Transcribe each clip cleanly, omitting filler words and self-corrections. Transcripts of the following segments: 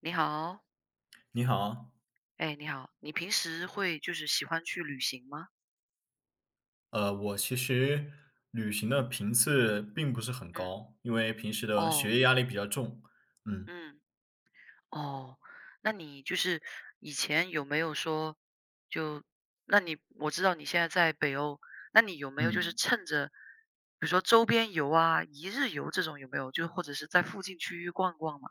你好。你好，哎，你好，你平时会就是喜欢去旅行吗？我其实旅行的频次并不是很嗯。高，因为平时的哦。学业压力比较重。嗯嗯。哦。那你就是以前有没有说，就，那你，我知道你现在在北欧，那你有没有就是嗯，趁着，比如说周边游啊、一日游这种有没有？就或者是在附近区域逛逛嘛？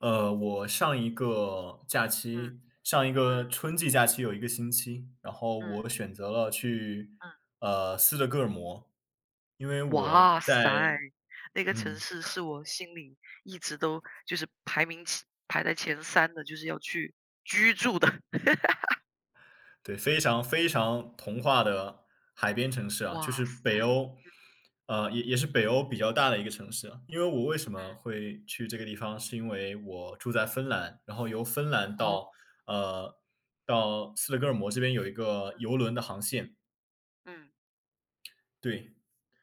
我上一个假嗯，期，上一个嗯，春季假期有一个星期，然后嗯，我选择了去嗯，斯德哥尔摩，因为我哇塞，在。那个城嗯，市是我心里一直都就是排名排在前三的，就是要去居住的。对，非常非常童话的海边城市啊，就哇是塞。北欧，嗯。也是北欧比较大的一个城市啊，因为我为什么会去这个地方，是因为我住在芬兰，然后由芬兰哦。呃到斯德哥尔摩这边有一个嗯，游轮的航线。嗯，对，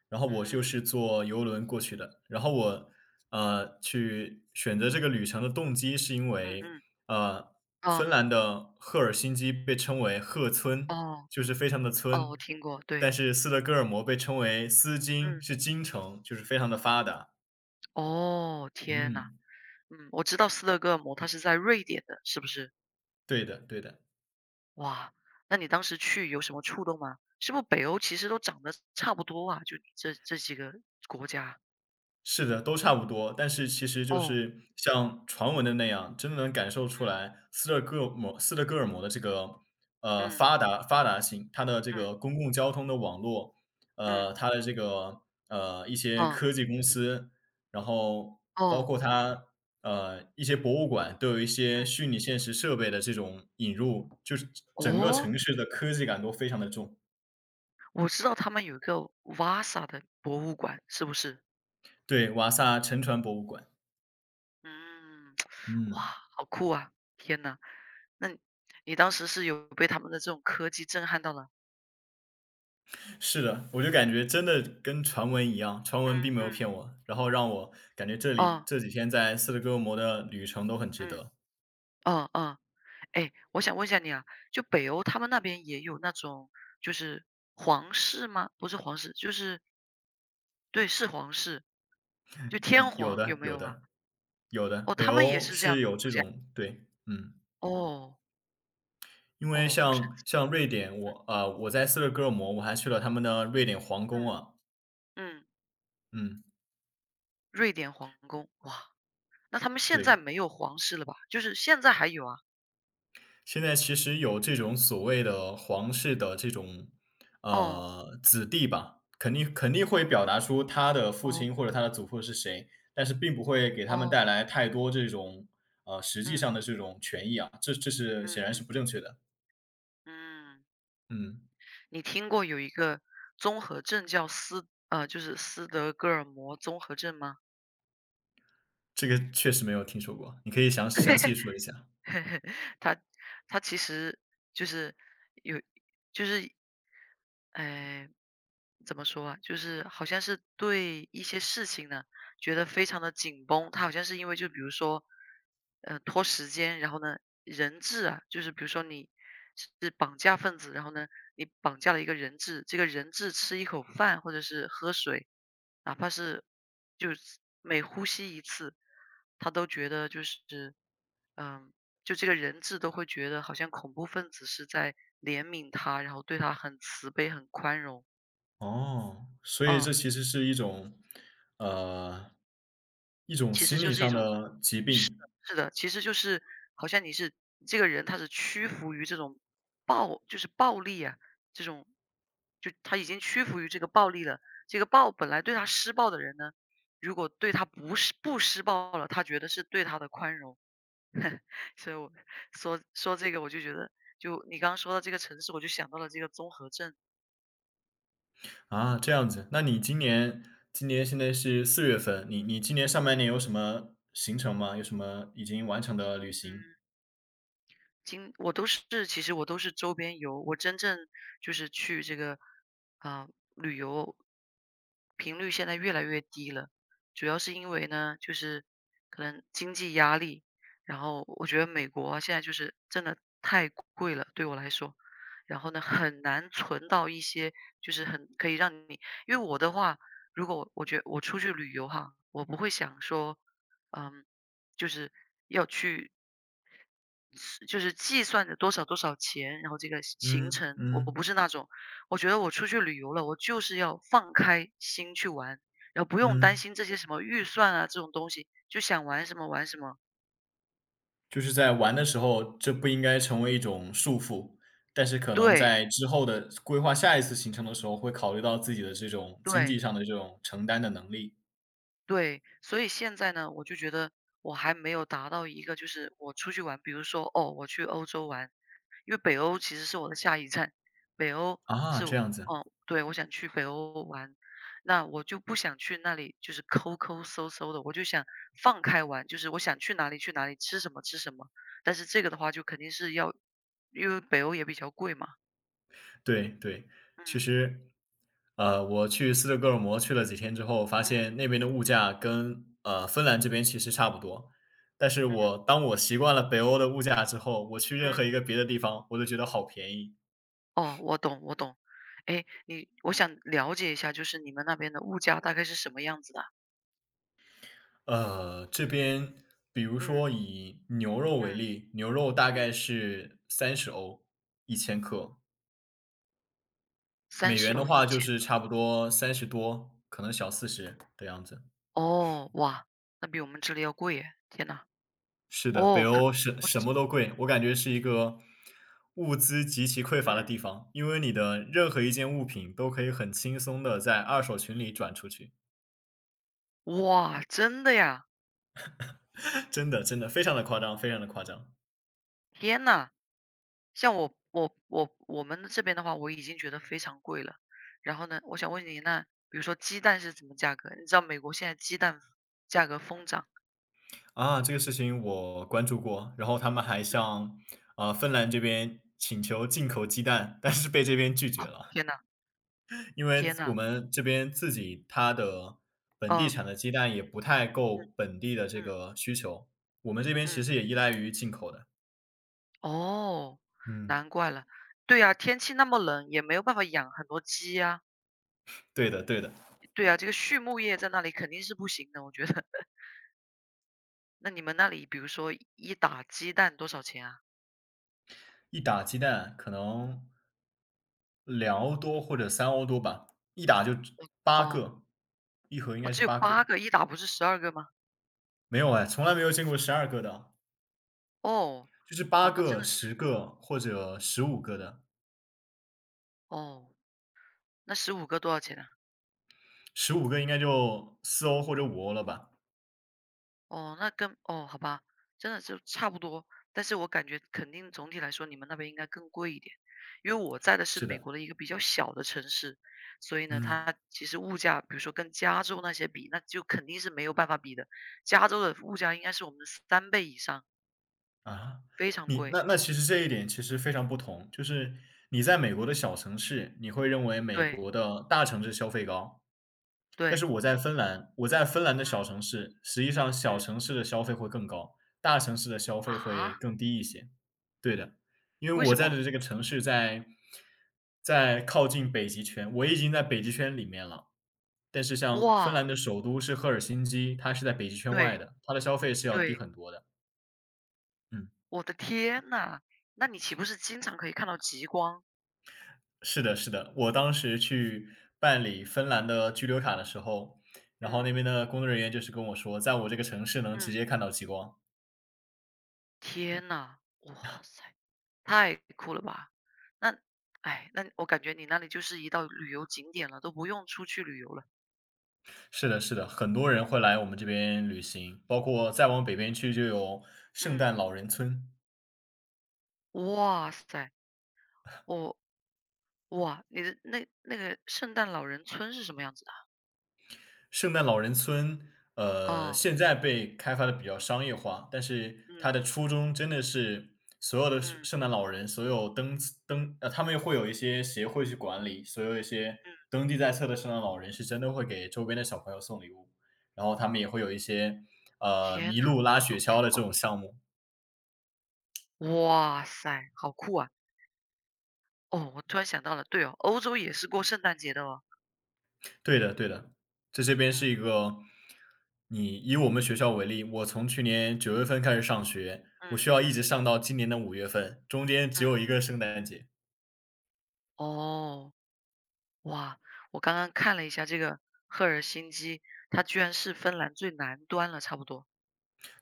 然后我就嗯，是坐游轮过去的。然后我，去选择这个旅程的动机是因嗯，为，嗯，呃，芬啊。兰的赫尔辛基被称为"赫村"，哦。就是非常的哦，村，我听过，但对。是斯德哥尔摩被称为"斯嗯。金"，是京城，就是非常的发达。哦，天呐。嗯，嗯，我知道斯德哥尔摩，它是在瑞典的，是不是？对的对的。哇，那你当时去有什么触动吗？是不是北欧其实都长得差不多啊？就这几个国家？是的，都差不多。但是其实就哦。是像传闻的那样，真的能感受出嗯，来斯德哥尔摩斯德哥尔摩的这个嗯，发达性，它的这嗯，个公共交通的网络，嗯。它的这个一些哦。科技公司，然后包哦。括它一些博物馆都有一嗯。些虚拟现实设备的这种引入，就是整个哦，城市的科技感都非常的重。我知道他们有一个瓦萨的博物馆，是不是？对，瓦萨沉船博物馆。嗯。哇，嗯。好酷啊！天呐，那你你当时是有被他们的这种科技震撼到了？是的，我就感觉真的跟传闻一样，传闻嗯并没有嗯。骗我，然后让我感觉这里哦。这几天在斯德哥尔摩的旅程都很值嗯。得。哦哦。哎，我想问一下你啊，就北欧他们那边也有那种就是皇室吗？不是皇室，就是对，是皇室，就天有皇有的，没有有啊？的，有的，哦，北他们也欧是这样是的有国这家。种。对，嗯，哦。因为哦，好神像奇。像瑞典，我在斯德哥尔摩，我还去了他们的瑞典皇宫嗯。啊。嗯，嗯，瑞典皇宫。哇，那他们现在对。没有皇室了吧？就是现在还有啊？现在其实有这种所谓的皇室的这种，哦。子弟吧，肯定会表达出他的父哦。亲或者他的祖父是谁，但是并不会给他们带哦。来太多这种，实际嗯，上的这种权益啊，这是嗯，显然嗯，是不正确的。嗯，嗯，你听过有一个综合症叫就是斯德哥尔摩综合症吗？这个确实没有听说过，你可以详细说一下。它它其实就是有就是哎，怎么说啊？就是好像是对一些事情呢，觉得非常的紧绷。他好像是因为就比如说，拖时间，然后呢，人质啊，就是比如说你是绑架分子，然后呢，你绑架了一个人质，这个人质吃一口饭或者是喝水，哪怕是就是每呼吸一次，他都觉得就是，嗯，就这个人质都会觉得好像恐怖分子是在怜悯他，然后对他很慈悲、很宽容。哦，所以嗯。这其实是一种，呃，一种其实心就理是一上种，的疾是的，病。是的，其实就是好像你是这个人他是屈服于这种暴就是暴力啊，这种就他已经屈服于这个暴力了。这个暴本来对他施暴的人呢，如果对他不是不施暴了，他觉得是对他的宽容。所以我说说这个我就觉得，就你刚刚说到这个城市，我就想到了这个综合症。啊，这样子，那你今嗯，年今年现在是4月份，你今年上半年嗯。有什么行程吗？有什么已经完成的旅行？嗯。我都是，其实我都是周边游，我真正就是去这个，啊、旅游频率现在越来越低了，主要是因为呢，就是可能经济压力。然后我觉得美国啊现在就是真的太贵了，对我来说。然后呢很难存到一些就是很可以让你，因为我的话，如果我觉得我出去旅游哈，我不会想说，嗯，就是要去是就是计算着多少多少钱，然后这个行嗯程，我嗯不是那种。我觉得我出去旅游了，我就是要放开心去玩，然后不用担嗯，心这些什么预算啊这种东西，就想玩什么玩什么。就是在玩的时候，这不应该成为一种束缚，但是可能对，在之后的规划下一次行程的时候，会考虑到自己的这种经济对。上的这种承担的能力。对，所以现在呢，我就觉得我还没有达到一个，就是我出去玩，比如说哦，我去欧洲玩，因为北欧其实是我的下一站。北欧啊，是这我，样子，哦，对，我想去北欧玩，那我就不想去那里就是抠抠搜搜的，我就想放开玩，就是我想去哪里去哪里，吃什么吃什么。但是这个的话，就肯定是要，因为北欧也比较贵嘛。对对，其嗯，实我去斯德哥尔摩去了几天之后，发现嗯，那边的物价跟芬兰这边其实差不多。但是嗯，嗯。我当我习惯了北欧的物价之后，我去任何一个别的地方，我都觉得好便宜。哦，我懂，我懂。哎，你，我想了解一下，就是你们那边的物价大概是什么样子的啊？这边比如嗯，说以牛肉为嗯，例，牛肉大概嗯，是30欧1千克，三美十元的欧一话就千是差克。不多30多，可能小40的样子。哦，哇，那比我们这里要贵耶，天呐。是的，北哦，看欧是我什只，么都贵，我感觉是一个物资极其匮乏的嗯，地方，因为你的任何一件物品都可以很轻松的在二手群里转出去。哇，真的呀，真的真的非常的夸张，非常的夸张。天呐。像我们这边的话，我已经觉得非常贵了。然后呢，我想问你，那比如说鸡蛋是什么价格？你知道美国现在鸡蛋价格疯涨。啊，这个事情我关注过，然后他们还嗯，向，芬兰这边请求进口鸡蛋，但是被这边拒哦，绝了，天呐，因为天我呐，们这边自己它的本地嗯，产的鸡蛋也不太嗯，够本地的这嗯，个需求，我们这边其嗯。实也依赖于进口的。哦，嗯。难怪了。对呀，天气那么冷，也没有办法养很多鸡呀。对的对的，对呀，这个畜牧业在那里肯定是不行的，我觉得。那你们那里比如说一打鸡蛋多少钱啊？一打鸡蛋可能2欧多或者3欧多吧，一打就只八哦。个，一盒应哦，该是只有八八个。个，一打不是12个吗？没有哎，从来没有见过12个的，哦。就是哦，八那真个、的是，10个或者十五个的。哦，那15个多少钱啊？十五个应该就4欧或者5欧了吧？哦，那跟哦，好吧，真的就差不多。但是我感觉肯定总体来说，你们那边应该更贵一点，因为我在的是是美的，国的一个比较小的城市，所以呢，嗯，它其实物价，比如说跟加州那些比，那就肯定是没有办法比的。加州的物价应该是我们的三倍以上，啊，非常你贵。那其实这一点其实非常不同，就是你在嗯。美国的小城市，你会认为美对。国的大城市消费高。但对。是我在芬兰，我在芬兰的小嗯。城市，实际上小嗯。城市的消费会更高，大城市的消费会啊，更低一些。对的，因为为我什在么？的这个城市在靠近北极圈，我已经在北极圈里面了。但是像哇。芬兰的首都是赫尔辛基，它是在北极圈对。外的，它的消费是要低对。很多的。嗯，我的天呐，那你岂不是经常可以看到极光？是的，是的，我当时去办理芬兰的居留卡的时候，然后嗯。那边的工作人员就是跟我说，在我这个城市能直嗯。接看到极光。天呐，哇塞，太酷了吧！那，哎，那我感觉你那里就是一道旅游景点了，都不用出去旅游了。是的，是的，很多人会来我们这边旅行，包括再往北边去就有圣嗯。诞老人村。哇塞，我，哇，你的那个圣诞老人村是什么样子的啊？圣诞老人村，哦。现在被开发的比较商业化，但是它嗯。的初衷真的是所有的圣嗯。圣诞老人，所有登登呃，他们会有一些协会去管理，所有一些嗯。登记在册的圣诞老人是真的会给周边的小朋友送礼物，然后他们也会有一些，天麋呐，鹿拉雪好橇的酷这啊！种项目。哇塞，好酷啊！哦，我突然想到了，对哦，欧洲也是过圣诞节的哦。对的对的，这边嗯。是一个你以我们学校为例，我从去年9月份开始上学，我嗯。需要一直嗯。上到今年的5月份，中间只嗯。有一个圣诞节。哦。哇，我刚刚看了一下这个赫尔辛基，它居然是芬兰最南端了，差不多。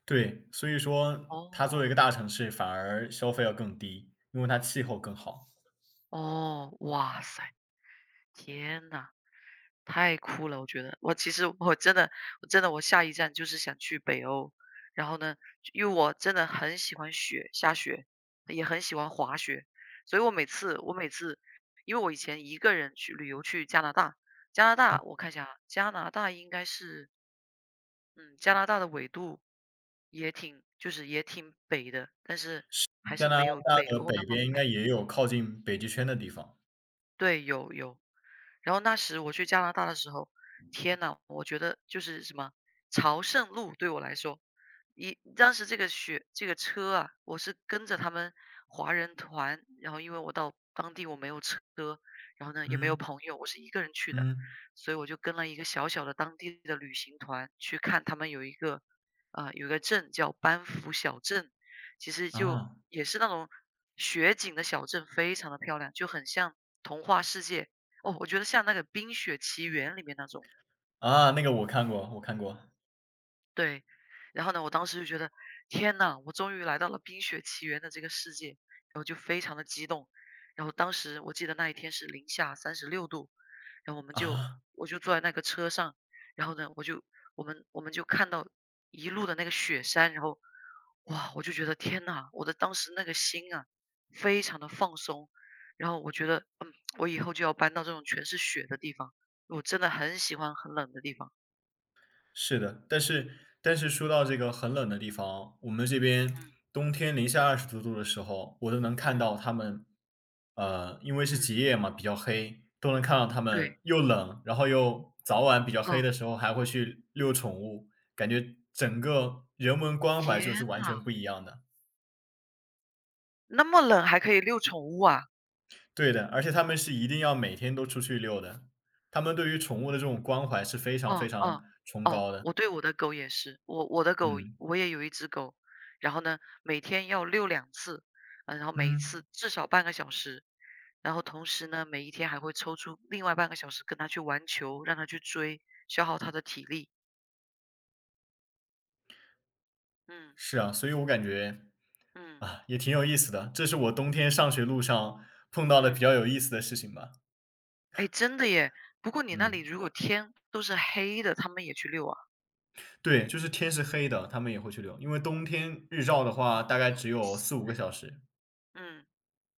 对，所以说它作为一哦。个大城市，反而消费要更低，因为它气候更好。哦，哇塞，天呐，太酷了！我觉得，我其实我真的，我真的，我下一站就是想去北欧。然后呢，因为我真的很喜欢雪，下雪，也很喜欢滑雪，所以我每次，因为我以前一个人去旅游去加拿大。加拿大，嗯，我看一下啊，加拿大应该是，嗯，加拿大的纬度也挺就是也挺北的，但是还加是拿没有大北的欧那北么边应该北。也有靠近北极圈的地方。对，有有。然后那时我去加拿大的时候，天呐，我觉得就是什么朝圣路对我来说，当时这个雪这个车啊，我是跟着他们华人团，然后因为我到当地我没有车，然后呢也没有嗯，朋友，我是一个人去的，嗯，所以我就跟了一个小小的当地的旅行团，去看他们有一个啊、有一个镇叫班夫小镇，其实就啊，也是那种雪景的小镇，非常的漂亮，就很像童话世界。哦，我觉得像那个《冰雪奇缘》里面那种。啊，那个我看过我看过。对，然后呢，我当时就觉得，天呐，我终于来到了《冰雪奇缘》的这个世界，然后就非常的激动。然后当时我记得那一天是零下36度，然后我们就，啊。我就坐在那个车上，然后呢，我就我们就看到一路的那个雪山，然后哇，我就觉得天呐，我的当时那个心啊，非常的放松。然后我觉得，嗯，我以后就要搬到这种全是雪的地方，我真的很喜欢很冷的地方。是的，但是说到这个很冷的地方，我们这边嗯。冬天零下20多度的时候，我都能看嗯。到它们，因为是嗯。极夜嘛，比较黑，都能看到它对。们又冷，然后又早晚比较黑嗯，的时候还会去遛宠物，感觉整个人文关怀天就是完呐！全不一样的。那么冷还可以遛宠物啊？对的，而且它们是一定要每天都出去遛的，它们对于宠物的这种关怀是非常非哦。常哦。崇哦，高的。我对我的狗也是，我的狗嗯，我也有一只狗，然后呢，每天要遛两次，呃，然后每一嗯。次至少半个小时。然后同时呢，每一天还会抽出另外半个小时跟它去玩球，让它去追，消耗它的体力。嗯。是啊，所以我感觉，嗯。啊，也挺有意思的，这是我冬天上学路上碰到的比嗯，较有意思的事情吧。哎，真的耶！不过你那里嗯，如果天都是黑的，它们也去遛啊？对，就是天是黑的，他们也会去溜，因为冬天日照的话大概哇只有塞。四五个小时。嗯。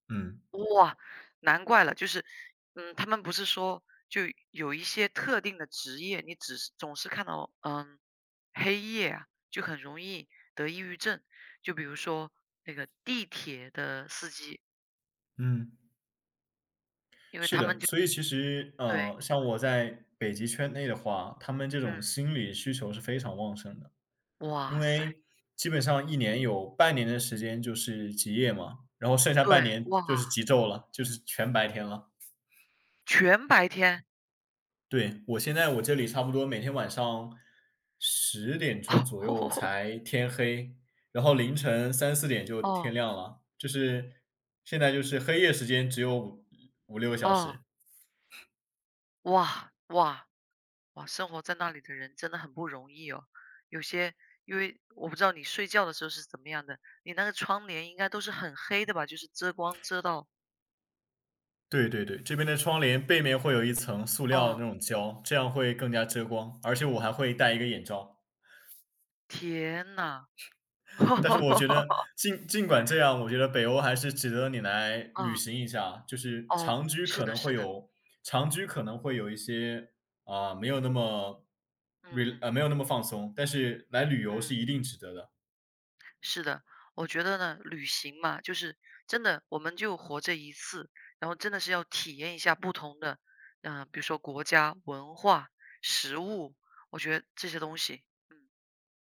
嗯，哇，难怪了，就是，嗯，他们不是说，就有一些特定的职业，你只是总是看到，嗯，黑夜啊，就很容易得抑郁症。就比如说那个地铁的司机，嗯，因为是他们的，就所以其实，对，像我在北极圈内的话，他们这种嗯，心理需求是非常旺盛的。因哇塞，为基本上一年有半年的时间就是极夜嘛，然后剩下半对，年哇，就是极昼了，就是全白天了。全白天。对，我现在我这里差不多每天晚上10点钟左右 才天黑，然后凌晨三四点就哦。天哦。亮了，就是现在就是黑夜时间只有五六六个小哦。时。哇，哇。哇，生活在那里的人真的很不容易哦。有些，因为我不知道你睡觉的时候是怎么样的，你那个窗帘应该都是很黑的吧？就是遮光遮到，对对对，这边的窗帘背面会有一层塑料的那哦，种胶，这样会更加遮光，而且我还会戴一个眼罩。天呐。但是我觉得 尽管这样，我觉得北欧还是值得你来旅嗯。行一下。就是哦，是的，是的。长居可能会有一些，啊，没有那么 re 嗯呃，没有那么放松，但是来旅游嗯，是一定值得的。是的。我觉得呢，旅行嘛，就是真的，我们就活这一次，然后真的是要体验一下不同的，嗯、比如说国家、文化、食物，我觉得这些东西，嗯。